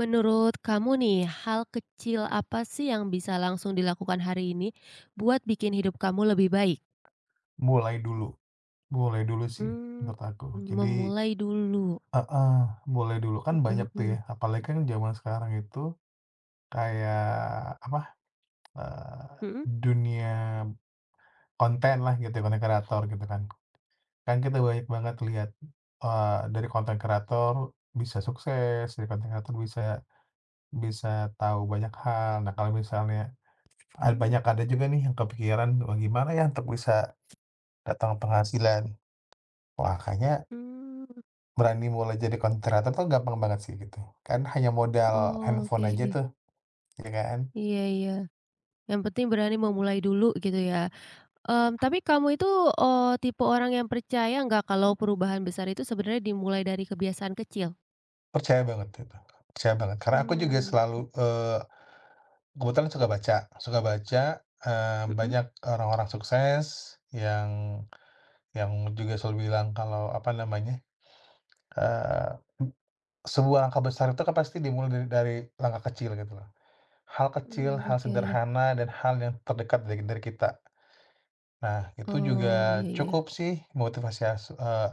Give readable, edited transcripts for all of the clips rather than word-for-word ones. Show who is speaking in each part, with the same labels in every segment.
Speaker 1: Menurut kamu nih, hal kecil apa sih yang bisa langsung dilakukan hari ini buat bikin hidup kamu lebih baik?
Speaker 2: Mulai dulu mulai dulu sih
Speaker 1: Mmm.
Speaker 2: menurut aku. Jadi
Speaker 1: Memulai dulu.
Speaker 2: heeh, mulai dulu. Kan
Speaker 1: Mhm
Speaker 2: banyak tuh ya,
Speaker 1: mhm.
Speaker 2: apalagi kan zaman sekarang itu kayak apa, eee,
Speaker 1: Mhm?
Speaker 2: dunia konten lah, gitu, konten kreator gitu kan. Kan kita banyak banget lihat, dari konten kreator bisa sukses, dari konten kreator bisa bisa tahu banyak hal. Nah, kalau misalnya ad
Speaker 1: Mmm,
Speaker 2: banyak ada juga nih yang kepikiran, "Wah, gimana ya untuk bisa datang penghasilan?" Wah, kayaknya
Speaker 1: mmm,
Speaker 2: berani mulai jadi konten kreator tuh gampang banget sih gitu, kan hanya modal handphone
Speaker 1: oke.
Speaker 2: aja tuh, ya kan.
Speaker 1: Iya iya. Yang penting berani memulai dulu gitu ya. Tapi kamu itu, tipe orang yang percaya nggak kalau perubahan besar itu sebenarnya dimulai dari kebiasaan kecil?
Speaker 2: Percaya banget itu, percaya banget. Karena aku juga
Speaker 1: Mmm,
Speaker 2: selalu, kebetulan suka baca,
Speaker 1: mhm?
Speaker 2: banyak orang-orang sukses yang yang juga selalu bilang kalau, apa namanya, eee, sebuah langkah besar itu kan pasti dimulai dari langkah kecil gitu loh. Hal kecil,
Speaker 1: Mmm,
Speaker 2: hal
Speaker 1: oke.
Speaker 2: sederhana, dan hal yang terdekat dari kita. Nah, itu juga
Speaker 1: Oh, iya iya.
Speaker 2: cukup sih motivasi as eee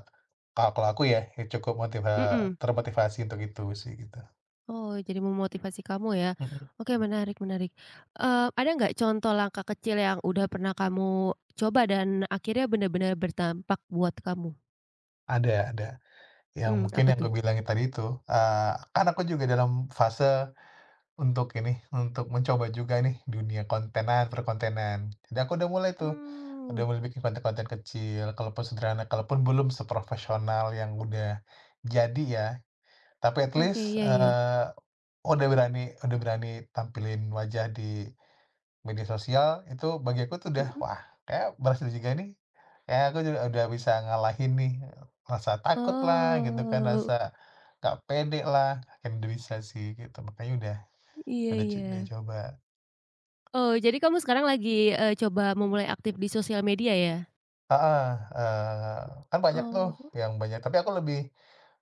Speaker 2: Ka kalau aku ya, ya cukup motiva
Speaker 1: Mhm.
Speaker 2: termotivasi untuk itu sih gitu.
Speaker 1: Oh, jadi memotivasi kamu ya.
Speaker 2: Mhm.
Speaker 1: Oke, menarik menarik. Ada nggak contoh langkah kecil yang udah pernah kamu coba dan akhirnya benar-benar bertampak buat kamu?
Speaker 2: Ada, yang
Speaker 1: Hmm,
Speaker 2: mungkin
Speaker 1: apa
Speaker 2: yang
Speaker 1: tuh?
Speaker 2: kubilangin tadi itu, kan aku juga dalam fase untuk ini, untuk mencoba juga nih dunia kontenan, perkontenan. Jadi aku udah mulai tuh, udah
Speaker 1: Hmm,
Speaker 2: mulai bikin konten-konten kecil, kalaupun sederhana, kalaupun belum seprofesional yang udah jadi ya, tapi at
Speaker 1: oke,
Speaker 2: least,
Speaker 1: iya iya.
Speaker 2: udah berani udah berani tampilin wajah di media sosial itu bagi aku tuh udah,
Speaker 1: Mhm.
Speaker 2: wah kayak berhasil juga nih, kayak aku juga udah bisa ngalahin nih, rasa takut lah gitu kan,
Speaker 1: Oh,
Speaker 2: rasa nggak pede lah, akhirnya udah bisa sih gitu, makanya
Speaker 1: iya
Speaker 2: udah co
Speaker 1: iya.
Speaker 2: udah coba
Speaker 1: Oh, jadi kamu sekarang lagi, coba memulai aktif di sosial media ya?
Speaker 2: ah kan banyak tuh
Speaker 1: Oh
Speaker 2: yang banyak, tapi aku lebih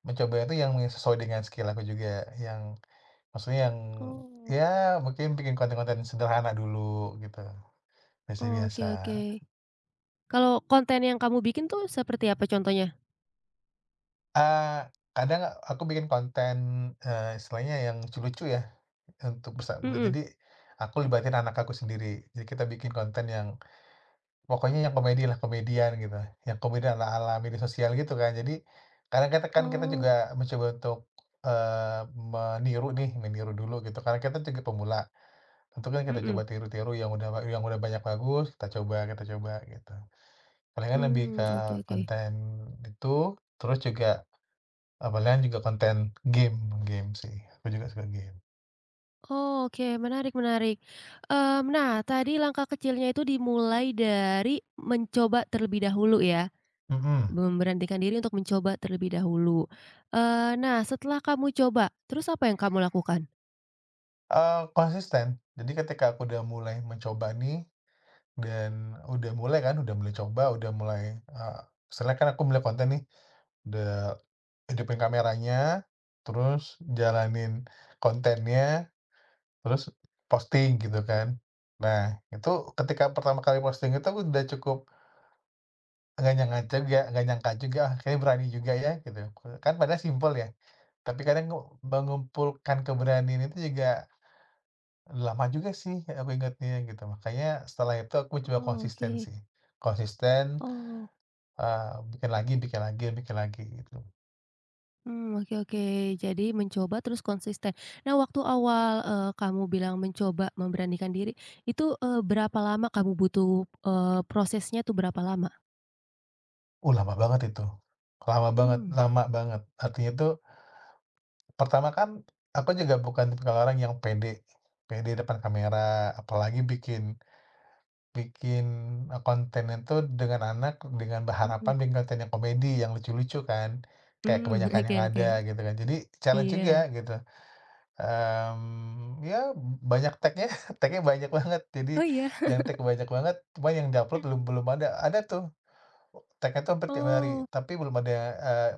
Speaker 2: mencoba itu yang sesuai dengan skill aku juga, yang maksudnya yang
Speaker 1: oh,
Speaker 2: ya mungkin bikin konten-konten sederhana dulu gitu,
Speaker 1: oh, oke
Speaker 2: biasa-biasa.
Speaker 1: oke. Kalau konten yang kamu bikin tuh seperti apa contohnya?
Speaker 2: Eee, kadang aku bikin konten, istilahnya yang lucu-lucu ya, untuk bersama
Speaker 1: Mhm.
Speaker 2: jadi aku libatin anak aku sendiri. Jadi kita bikin konten yang pokoknya yang komedi lah, komedian gitu, yang komedian ala-ala media sosial gitu kan. Jadi kadang kita kan kita juga
Speaker 1: Oh,
Speaker 2: mencoba untuk, eee, meniru nih, meniru dulu gitu, karena kita juga pemula. Tentu kan kita coba
Speaker 1: mhm.
Speaker 2: tiru-tiru yang udah banyak bagus, kita coba gitu. Palingan lebih
Speaker 1: Hmm,
Speaker 2: ke
Speaker 1: oke oke.
Speaker 2: konten itu, terus juga Eee, juga konten game game sih, aku juga suka game.
Speaker 1: Oh, oke, menarik menarik. Nah, tadi langkah kecilnya itu dimulai dari mencoba terlebih dahulu ya,
Speaker 2: Mhm,
Speaker 1: memberanikan diri untuk mencoba terlebih dahulu. Nah, setelah kamu coba, terus apa yang kamu lakukan?
Speaker 2: konsisten. Jadi ketika aku udah mulai mencoba nih, dan udah mulai kan, udah mulai coba, udah mulai, misalnya kan aku mulai konten nih, udah hidupin kameranya, terus jalanin kontennya, terus posting gitu kan. Nah, itu ketika pertama kali posting itu aku udah cukup nggak nyangka juga, "Ah, kayaknya berani juga ya," gitu. Kan padahal simpel ya, tapi kadang mengumpulkan keberanian itu juga lama juga sih aku ingatnya gitu. Makanya setelah itu aku coba
Speaker 1: Oh,
Speaker 2: konsisten
Speaker 1: oke.
Speaker 2: sih. Konsisten,
Speaker 1: Oh,
Speaker 2: bikin lagi gitu.
Speaker 1: mmm, oke oke. Jadi mencoba terus konsisten. Nah, waktu awal, kamu bilang mencoba memberanikan diri, itu, berapa lama kamu butuh, prosesnya tuh berapa lama?
Speaker 2: Lama banget itu. Lama banget
Speaker 1: Mmm,
Speaker 2: lama banget. Artinya tuh pertama kan aku juga bukan tipikal orang yang pede pede depan kamera, apalagi bikin bikin, kontennya tuh dengan anak dengan
Speaker 1: mhm,
Speaker 2: berharapan bikin konten yang komedi, yang lucu-lucu kan, kayak
Speaker 1: mmm,
Speaker 2: kebanyakan
Speaker 1: oke
Speaker 2: yang ada
Speaker 1: oke.
Speaker 2: gitu kan. Jadi challenge juga
Speaker 1: Iya.
Speaker 2: gitu, ya banyak tagnya tagnya banyak banget. Jadi
Speaker 1: Oh iya?
Speaker 2: yang tag banyak banget, cuma yang diupload belum belum ada. Ada tuh tagnya tuh hampir tiap hari,
Speaker 1: Oh,
Speaker 2: tapi belum ada, eee,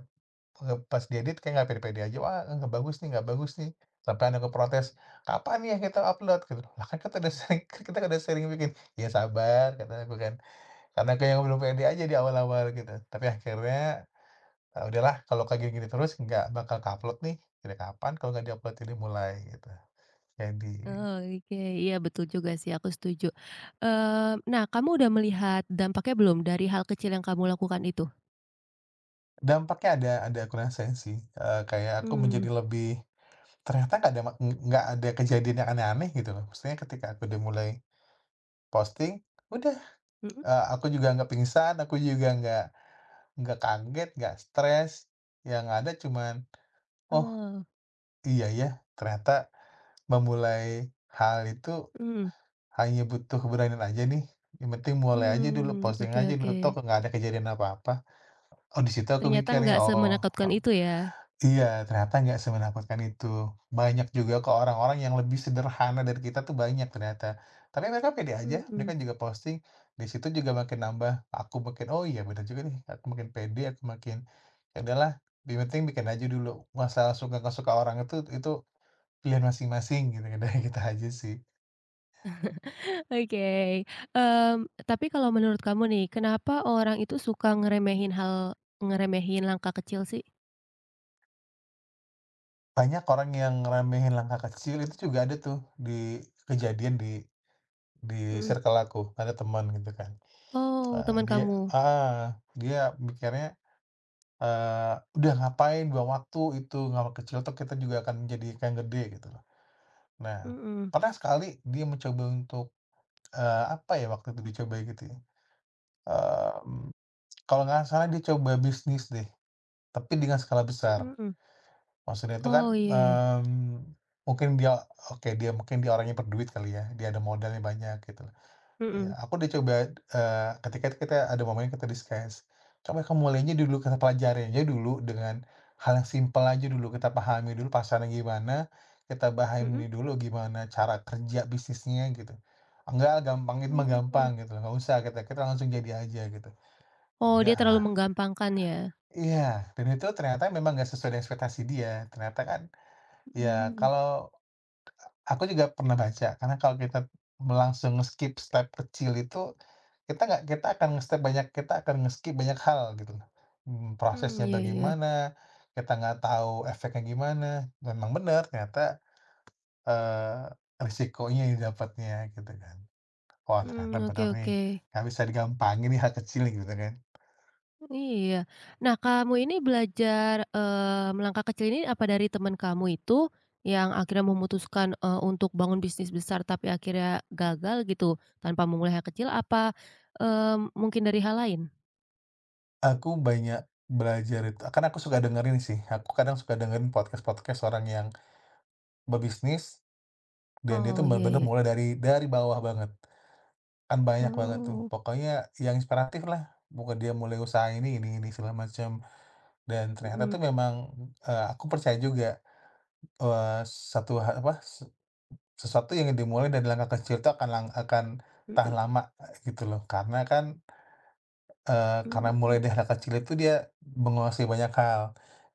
Speaker 2: pas diedit kayak nggak pede-pede aja, "Wah, nggak bagus nih." Sampai ada yang ngeprotes, "Kapan nih yang kita upload?" Gitu, "Lah kan kita udah sering kita kan udah sering bikin." "Ya sabar," kata aku kan. Karena kayak belum pede aja di awal-awal gitu. Tapi akhirnya, udahlah kalau kayak gini-gini terus nggak bakal ke-upload nih, dari kapan kalau nggak di-upload ini mulai gitu. Jadi
Speaker 1: oh, oke. Iya betul juga sih, aku setuju. Nah kamu udah melihat dampaknya belum dari hal kecil yang kamu lakukan itu?
Speaker 2: dampaknya ada aku rasain sih, kayak aku
Speaker 1: Mmm,
Speaker 2: menjadi lebih ternyata nggak ada kejadian yang aneh-aneh gitu loh. Maksudnya ketika aku udah mulai posting, udah,
Speaker 1: mhm?
Speaker 2: aku juga nggak pingsan, aku juga nggak kaget, nggak stres, yang ada cuman, "Oh,
Speaker 1: Oh,
Speaker 2: iya ya ternyata memulai hal itu."
Speaker 1: mhm,
Speaker 2: Hanya butuh keberanian aja nih, yang penting mulai aja dulu,
Speaker 1: mmm,
Speaker 2: posting
Speaker 1: oke
Speaker 2: aja dulu,
Speaker 1: oke.
Speaker 2: toh nggak ada kejadian apa-apa. Oh, di situ aku
Speaker 1: Ternyata
Speaker 2: mikirnya,
Speaker 1: nggak
Speaker 2: "Oh,
Speaker 1: semenakutkan itu ya?
Speaker 2: iya, ternyata nggak semenakutkan itu." Banyak juga kok orang-orang yang lebih sederhana dari kita tuh banyak ternyata. Tapi mereka pede aja, mereka
Speaker 1: Mhm,
Speaker 2: juga posting, di situ juga makin nambah, aku makin, "Oh iya bener juga nih," aku makin pede, aku makin, "Ya udahlah, yang penting bikin aja dulu." Masalah suka nggak suka orang itu pilihan masing-masing gitu, udah kita aja sih.
Speaker 1: oke. Tapi kalau menurut kamu nih, kenapa orang itu suka ngeremehin langkah kecil sih?
Speaker 2: Banyak orang yang ngeremehin langkah kecil itu juga ada tuh di kejadian di
Speaker 1: Mhm.
Speaker 2: circle aku, ada teman gitu kan,
Speaker 1: Oh, teman
Speaker 2: dia
Speaker 1: kamu?
Speaker 2: heeh, dia mikirnya, "Udah ngapain buang waktu itu, hal kecil tuh kita juga akan jadi yang gede," gitu loh. Nah,
Speaker 1: Mhm,
Speaker 2: pernah sekali dia mencoba untuk, apa ya waktu itu dicoba gitu ya, mmm, kalau nggak salah dia coba bisnis deh, tapi dengan skala besar.
Speaker 1: mhm.
Speaker 2: Maksudnya itu kan,
Speaker 1: Oh, iya iya.
Speaker 2: mmm, mungkin dia oke, dia orangnya berduit kali ya, dia ada modalnya banyak gitu loh. Iya,
Speaker 1: Mhm,
Speaker 2: aku udah coba, ketika itu kita ada momen kita discuss, coba kamu mulainya dulu, kita pelajari dulu dengan hal yang simpel aja dulu, kita pahami dulu pasarnya gimana, kita
Speaker 1: mhm?
Speaker 2: pahami dulu gimana cara kerja bisnisnya gitu. Enggak, gampang itu mah
Speaker 1: Mmm,
Speaker 2: gampang gitu loh, nggak usah kita kita langsung jadi aja gitu. Ya
Speaker 1: oh dia terlalu
Speaker 2: udahlah
Speaker 1: menggampangkan ya?
Speaker 2: iya, dan itu ternyata memang nggak sesuai dengan ekspektasi dia, ternyata kan ya
Speaker 1: Mmm,
Speaker 2: kalau aku juga pernah baca, karena kalau kita langsung skip step kecil itu, kita nggak kita akan nge-step banyak kita akan nge-skip banyak hal gitu loh. Mmm,
Speaker 1: mmm,
Speaker 2: prosesnya
Speaker 1: iya iya,
Speaker 2: bagaimana, kita nggak tahu efeknya gimana, memang benar ternyata, eee, risikonya yang dapatnya gitu kan. Wah
Speaker 1: mmm,
Speaker 2: ternyata
Speaker 1: oke
Speaker 2: benar nih,
Speaker 1: oke,
Speaker 2: nggak bisa digampangin nih hal kecil nih, gitu kan.
Speaker 1: iya. Nah kamu ini belajar, melangkah kecil ini apa dari teman kamu itu, yang akhirnya memutuskan, untuk bangun bisnis besar tapi akhirnya gagal gitu, tanpa memulai hal kecil apa, mungkin dari hal lain?
Speaker 2: Aku banyak belajar itu karena aku suka dengerin sih, aku kadang suka dengerin podcast-podcast orang yang berbisnis dan dia
Speaker 1: Oh
Speaker 2: tuh
Speaker 1: iya
Speaker 2: bener-bener
Speaker 1: iya,
Speaker 2: mulai dari bawah banget, kan banyak banget tuh,
Speaker 1: oh,
Speaker 2: pokoknya yang inspiratif lah, bukan dia mulai usaha ini segala macam, dan ternyata
Speaker 1: mhm
Speaker 2: tuh memang, aku percaya juga, satu ha apa, se sesuatu yang dimulai dari langkah kecil itu akan tahan
Speaker 1: mhm
Speaker 2: lama, gitu loh. Karena kan, karena
Speaker 1: mhm,
Speaker 2: mulai dari langkah kecil itu dia menguasai banyak hal,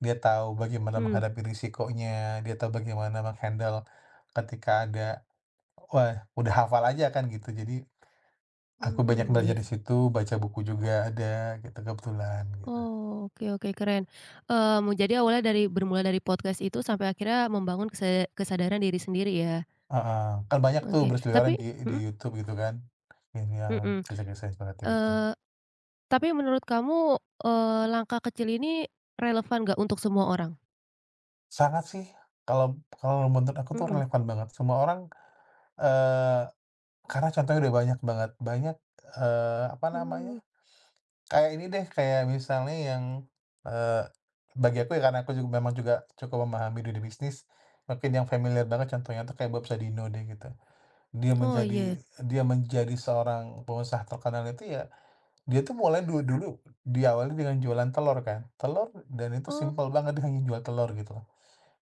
Speaker 2: dia tahu bagaimana
Speaker 1: mmm,
Speaker 2: menghadapi risikonya, dia tahu bagaimana menghandle ketika ada wah, udah hafal aja kan gitu, jadi aku banyak
Speaker 1: mmm, iya.
Speaker 2: belajar di situ, baca buku juga ada gitu kebetulan gitu.
Speaker 1: Oh, oke oke keren. Jadi awalnya dari bermula dari podcast itu sampai akhirnya membangun kesadaran diri sendiri ya?
Speaker 2: Heeh, kan banyak tuh
Speaker 1: Oke,
Speaker 2: berseliweran di
Speaker 1: mhm,
Speaker 2: YouTube gitu kan, yang
Speaker 1: mhm,
Speaker 2: kisah-kisah inspiratif itu.
Speaker 1: eee, tapi menurut kamu, langkah kecil ini relevan nggak untuk semua orang?
Speaker 2: Sangat sih kalau kalau menurut aku tuh
Speaker 1: Mhm,
Speaker 2: relevan banget semua orang, eee, karena contohnya udah banyak banget, banyak, apa namanya,
Speaker 1: mmm,
Speaker 2: kayak ini deh, kayak misalnya yang, eee, bagi aku ya karena aku juga memang juga cukup memahami dunia bisnis, mungkin yang familiar banget contohnya tuh kayak Bob Sadino deh gitu. Dia
Speaker 1: oh
Speaker 2: menjadi
Speaker 1: iya,
Speaker 2: dia menjadi seorang pengusaha terkenal itu ya, dia tuh mulai dulu dulu diawali dengan jualan telur kan, telur dan itu
Speaker 1: oh,
Speaker 2: simpel banget dia hanya jual telur gitu loh,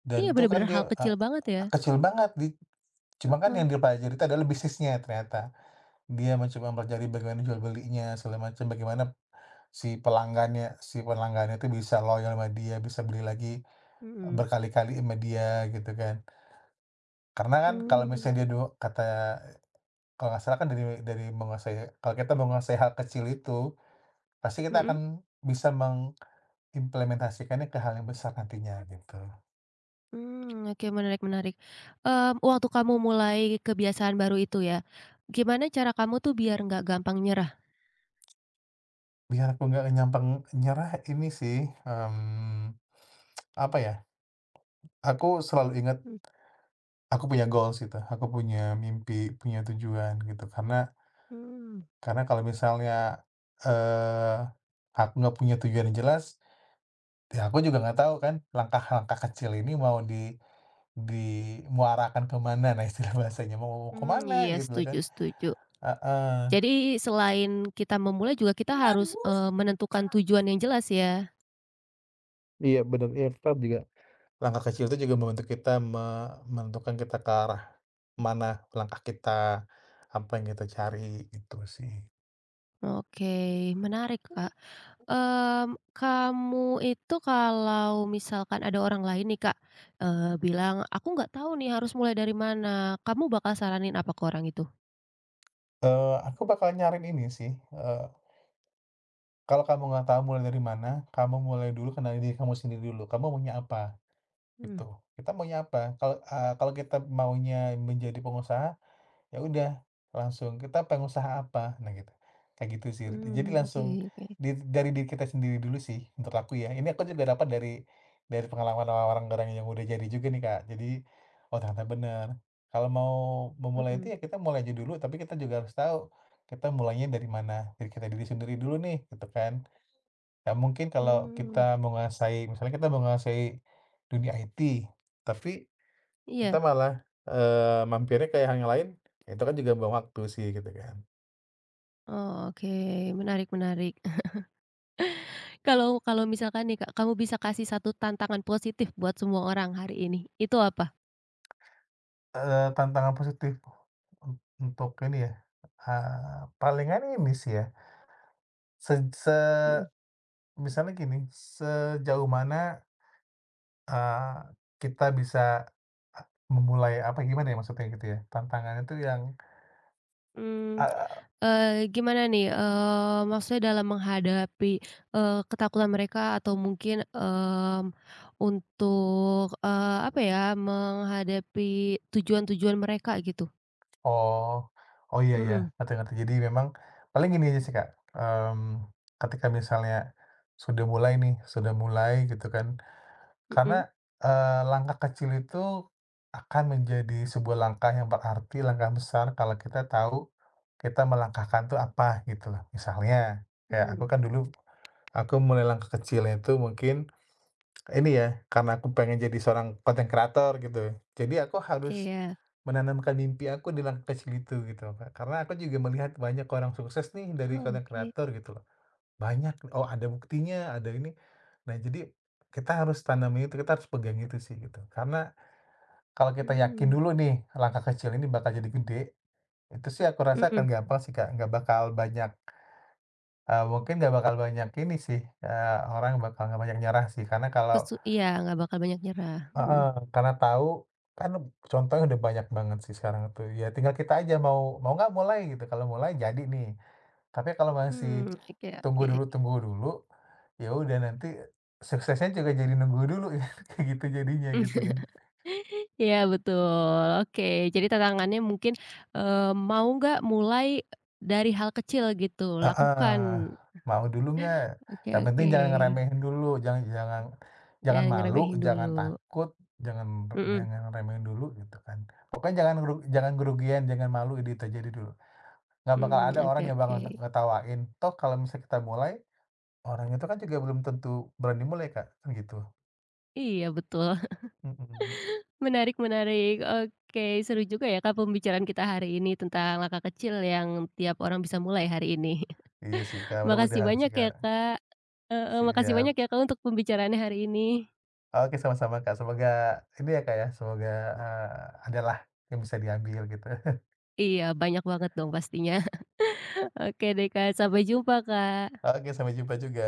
Speaker 2: dan
Speaker 1: iya
Speaker 2: itu kan
Speaker 1: bener-bener hal
Speaker 2: dia,
Speaker 1: kecil banget ya?
Speaker 2: kecil banget di cuma kan
Speaker 1: Heeh,
Speaker 2: yang dipelajari itu adalah bisnisnya ternyata. Dia mencoba mempelajari bagaimana jual belinya segala macam, bagaimana si pelanggannya itu bisa loyal sama dia, bisa beli lagi
Speaker 1: mhm,
Speaker 2: berkali-kali sama dia gitu kan. Karena kan kalau
Speaker 1: mmm,
Speaker 2: misalnya dia do kata kalau nggak salah kan dari menguasai kalau kita menguasai hal kecil itu, pasti kita
Speaker 1: mhm,
Speaker 2: akan bisa mengimplementasikannya ke hal yang besar nantinya gitu.
Speaker 1: mmm, oke menarik menarik. Waktu kamu mulai kebiasaan baru itu ya, gimana cara kamu tuh biar nggak gampang nyerah?
Speaker 2: Biar aku nggak nyerah ini sih, mmm, apa ya, aku selalu ingat aku punya goals gitu, aku punya mimpi, punya tujuan gitu. Karena
Speaker 1: Mmm,
Speaker 2: karena kalau misalnya, eee, aku nggak punya tujuan yang jelas ya aku juga nggak tahu kan langkah-langkah kecil ini mau di muarakan kemana nah istilah bahasanya, mau
Speaker 1: mmm,
Speaker 2: kemana
Speaker 1: iya
Speaker 2: gitu loh
Speaker 1: setuju
Speaker 2: kan,
Speaker 1: setuju.
Speaker 2: heeh.
Speaker 1: Jadi selain kita memulai juga kita harus, menentukan tujuan yang jelas ya?
Speaker 2: Iya bener, iya paham juga. Langkah kecil itu juga membantu kita menentukan kita ke arah mana langkah kita, apa yang kita cari gitu sih.
Speaker 1: Oke, menarik Kak. Kamu itu kalau misalkan ada orang lain nih Kak, bilang, "Aku nggak tahu nih harus mulai dari mana." Kamu bakal saranin apa ke orang itu?
Speaker 2: Aku bakal nyaranin ini sih, eee, kalau kamu nggak tahu mulai dari mana, kamu mulai dulu kenali diri kamu sendiri dulu, kamu maunya apa?
Speaker 1: Hmm,
Speaker 2: Gitu. Kita maunya apa? Kalau, kalau kita maunya menjadi pengusaha, ya udah langsung kita pengusaha apa? Nah gitu. Kayak gitu sih. Jadi
Speaker 1: mmm, oke
Speaker 2: langsung
Speaker 1: oke,
Speaker 2: di dari diri kita sendiri dulu sih menurut aku ya. Ini aku juga dapat dari pengalaman orang-orang yang udah jadi juga nih, Kak. Jadi, oh ternyata bener. Kalau mau memulai itu
Speaker 1: mhm,
Speaker 2: ya kita mulai aja dulu, tapi kita juga harus tahu kita mulainya dari mana. Dari kita diri sendiri dulu nih, gitu kan. Ya mungkin kalau
Speaker 1: mmm,
Speaker 2: kita menguasai misalnya kita menguasai dunia IT, tapi kita
Speaker 1: iya.
Speaker 2: malah, mampirnya ke yang lain, ya itu kan juga buang waktu sih gitu kan.
Speaker 1: Oh, oke menarik menarik. Kalau kalau misalkan nih Kak, kamu bisa kasih satu tantangan positif buat semua orang hari ini, itu apa?
Speaker 2: Tantangan positif un untuk ini ya, palingan ini sih ya, se se
Speaker 1: Mhm.
Speaker 2: misalnya gini, sejauh mana, eee, kita bisa, memulai apa gimana ya maksudnya gitu ya, tantangannya itu yang,
Speaker 1: Mmm, Gimana nih, maksudnya dalam menghadapi, ketakutan mereka atau mungkin, untuk, apa ya, menghadapi tujuan-tujuan mereka gitu?
Speaker 2: oh, oh iya ya.
Speaker 1: Mhm,
Speaker 2: Ngerti-ngerti. Jadi memang paling gini aja sih Kak, mmm, ketika misalnya sudah mulai nih, sudah mulai gitu kan,
Speaker 1: mhm,
Speaker 2: karena, langkah kecil itu akan menjadi sebuah langkah yang berarti, langkah besar kalau kita tahu kita melangkahkan tuh apa gitu loh. Misalnya kayak aku
Speaker 1: mhm,
Speaker 2: kan dulu, aku mulai langkah kecilnya itu mungkin ini ya, karena aku pengen jadi seorang content creator gitu. Jadi aku harus
Speaker 1: iya,
Speaker 2: menanamkan mimpi aku di langkah kecil itu gitu loh, Kak. Karena aku juga melihat banyak orang sukses nih dari content
Speaker 1: oke,
Speaker 2: creator gitu loh. Banyak, oh ada buktinya, ada ini. Nah jadi kita harus tanam itu, kita harus pegang itu sih gitu. Karena kalau kita yakin
Speaker 1: mhm,
Speaker 2: dulu nih langkah kecil ini bakal jadi gede, itu sih aku rasa
Speaker 1: mhm,
Speaker 2: akan gampang sih Kak, nggak bakal banyak, mungkin nggak bakal banyak ini sih, orang bakal nggak banyak nyerah sih. Karena kalau
Speaker 1: iya, nggak bakal banyak nyerah, mhm,
Speaker 2: heeh, karena tahu kan contohnya udah banyak banget sih sekarang tuh, ya tinggal kita aja mau mau nggak mulai gitu, kalau mulai jadi nih. Tapi kalau masih
Speaker 1: mmm, oke
Speaker 2: tunggu
Speaker 1: oke.
Speaker 2: dulu tunggu dulu, ya udah nanti suksesnya juga jadi nunggu dulu kayak gitu jadinya gitu kan.
Speaker 1: Iya betul, oke. Jadi tantangannya mungkin, eee, mau nggak mulai dari hal kecil gitu, lakukan.
Speaker 2: Heeh, mau dulu nggak?
Speaker 1: Oke
Speaker 2: Yang penting
Speaker 1: oke,
Speaker 2: jangan ngeremehin dulu, jangan jangan jangan
Speaker 1: jangan
Speaker 2: malu,
Speaker 1: ngeremehin
Speaker 2: jangan
Speaker 1: dulu.
Speaker 2: takut, jangan
Speaker 1: Mhm,
Speaker 2: jangan remehin dulu gitu kan. Pokoknya jangan kerugian, jangan malu, itu aja dulu. Nggak bakal
Speaker 1: mmm,
Speaker 2: ada
Speaker 1: oke
Speaker 2: orang yang
Speaker 1: oke.
Speaker 2: bakal ngetawain. Toh kalau misalnya kita mulai, orang itu kan juga belum tentu berani mulai, Kak, kan gitu.
Speaker 1: Iya betul,
Speaker 2: Mhm.
Speaker 1: menarik menarik. Oke, seru juga ya Kak pembicaraan kita hari ini tentang langkah kecil yang tiap orang bisa mulai hari ini.
Speaker 2: Iya sih, Kak,
Speaker 1: Makasih
Speaker 2: mudah-mudahan sih,
Speaker 1: banyak ya
Speaker 2: Kak.
Speaker 1: Kak, heeh, makasih banyak
Speaker 2: Siap.
Speaker 1: ya Kak untuk pembicaraannya hari ini.
Speaker 2: Oke, sama-sama, Kak, semoga ini ya, Kak, ya, semoga, eee, ada lah yang bisa diambil gitu.
Speaker 1: Iya, banyak banget dong pastinya. Oke deh Kak, sampai jumpa Kak.
Speaker 2: Oke, sampai jumpa juga.